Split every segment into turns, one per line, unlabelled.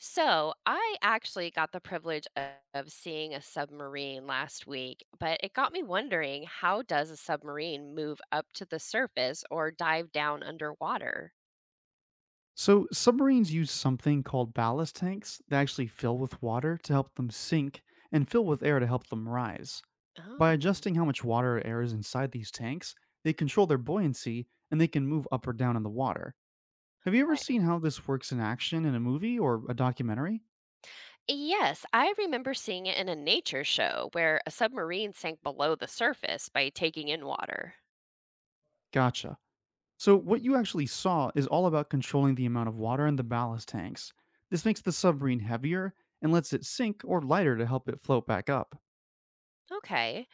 So, I actually got the privilege of seeing a submarine last week, but it got me wondering, how does a submarine move up to the surface or dive down underwater?
So, submarines use something called ballast tanks that actually fill with water to help them sink and fill with air to help them rise. By
Oh,
adjusting how much water or air is inside these tanks, they control their buoyancy and they can move up or down in the water. Have you ever
okay.
seen how this works in action in a movie or a documentary?
Yes, I remember seeing it in a nature show where a submarine sank below the surface by taking in water.
Gotcha. So, what you actually saw is all about controlling the amount of water in the ballast tanks. This makes the submarine heavier and lets it sink or lighter to help it float back up.
Okay.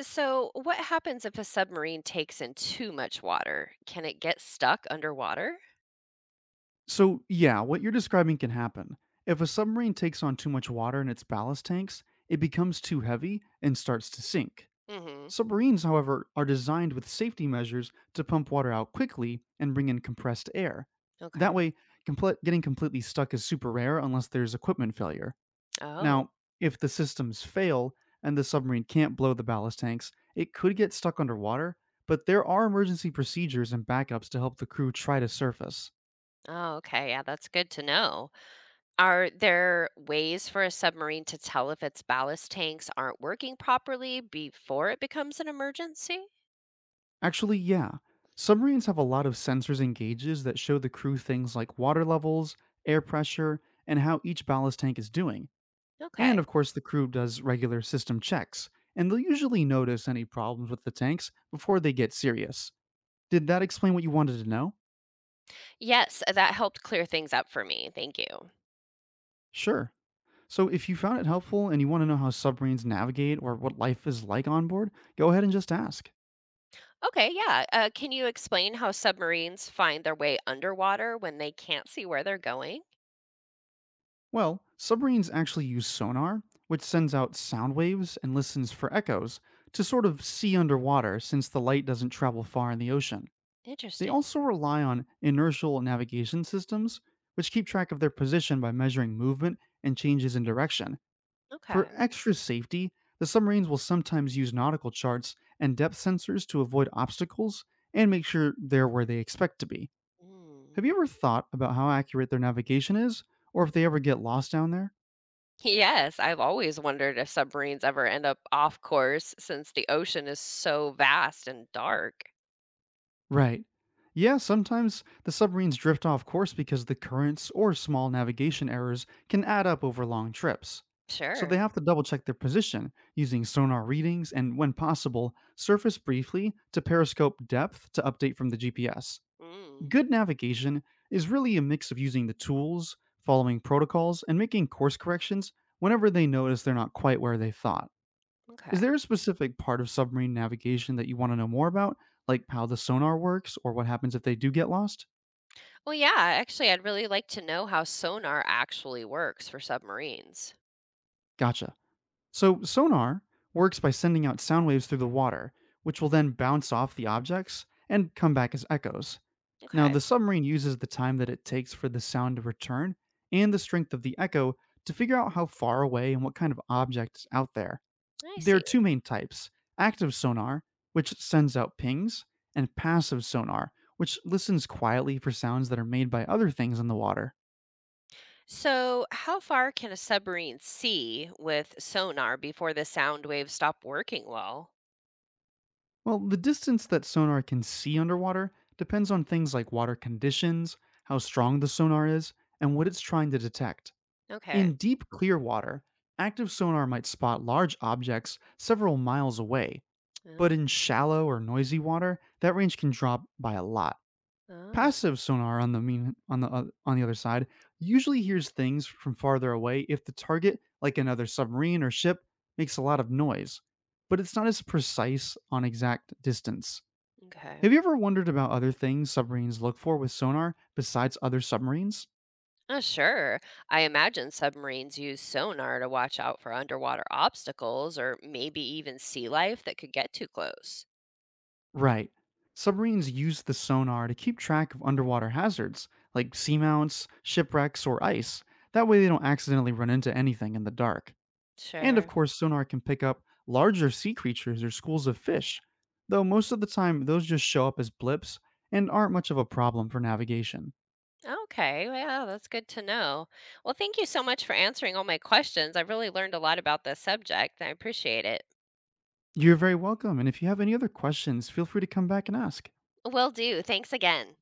So, what happens if a submarine takes in too much water? Can it get stuck underwater?
So, yeah, what you're describing can happen. If a submarine takes on too much water in its ballast tanks, it becomes too heavy and starts to sink.
Mhm.
Submarines, however, are designed with safety measures to pump water out quickly and bring in compressed air.
Okay.
That way, getting completely stuck is super rare unless there's equipment failure.
Oh.
Now, if the systems fail and the submarine can't blow the ballast tanks, it could get stuck underwater, but there are emergency procedures and backups to help the crew try to surface.
Oh, okay. Yeah, that's good to know. Are there ways for a submarine to tell if its ballast tanks aren't working properly before it becomes an emergency?
Actually, yeah. Submarines have a lot of sensors and gauges that show the crew things like water levels, air pressure, and how each ballast tank is doing. And
Okay.
of course, the crew does regular system checks, and they'll usually notice any problems with the tanks before they get serious. Did that explain what you wanted to know?
Yes, that helped clear things up for me. Thank you.
Sure. So, if you found it helpful and you want to know how submarines navigate or what life is like on board, go ahead and just ask.
Okay, yeah. Can you explain how submarines find their way underwater when they can't see where they're going?
Well, submarines actually use sonar, which sends out sound waves and listens for echoes to sort of see underwater since the light doesn't travel far in the ocean. They
Interesting.
also rely on inertial navigation systems, which keep track of their position by measuring movement and changes in direction. For
Okay.
extra safety, the submarines will sometimes use nautical charts and depth sensors to avoid obstacles and make sure they're where they expect to be.
Mm.
Have you ever thought about how accurate their navigation is, or if they ever get lost down there?
Yes, I've always wondered if submarines ever end up off course since the ocean is so vast and dark.
Right. Yeah, sometimes the submarines drift off course because the currents or small navigation errors can add up over long trips. So they
Sure.
have to double check their position using sonar readings and, when possible, surface briefly to periscope depth to update from the GPS.
Mm.
Good navigation is really a mix of using the tools, following protocols, and making course corrections whenever they notice they're not quite where they thought. Is
Okay.
there a specific part of submarine navigation that you want to know more about, like how the sonar works or what happens if they do get lost?
Well, yeah, actually, I'd really like to know how sonar actually works for submarines.
Gotcha. So, sonar works by sending out sound waves through the water, which will then bounce off the objects and come back as echoes. Now,
Okay,
the submarine uses the time that it takes for the sound to return and the strength of the echo to figure out how far away and what kind of object is out there.
I
There are
see.
two main types active sonar, which sends out pings, and passive sonar, which listens quietly for sounds that are made by other things in the water.
So, how far can a submarine see with sonar before the sound waves stop working well?
Well, the distance that sonar can see underwater depends on things like water conditions, how strong the sonar is, and what it's trying to detect.
Okay.
In deep, clear water, active sonar might spot large objects several miles away,
Uh,
but in shallow or noisy water, that range can drop by a lot.
Oh,
Passive sonar on the on the other side usually hears things from farther away if the target, like another submarine or ship, makes a lot of noise, but it's not as precise on exact distance.
okay.
Have you ever wondered about other things submarines look for with sonar besides other submarines?
Oh, sure. I imagine submarines use sonar to watch out for underwater obstacles or maybe even sea life that could get too close.
Right. Submarines use the sonar to keep track of underwater hazards like seamounts, shipwrecks, or ice. That way they don't accidentally run into anything in the dark. And of
Sure.
course, sonar can pick up larger sea creatures or schools of fish, though most of the time those just show up as blips and aren't much of a problem for navigation.
Okay, yeah, that's good to know. Well, thank you so much for answering all my questions. I really learned a lot about this subject. I appreciate it.
You're very welcome, and if you have any other questions, feel free to come back and ask.
Will do. Thanks again.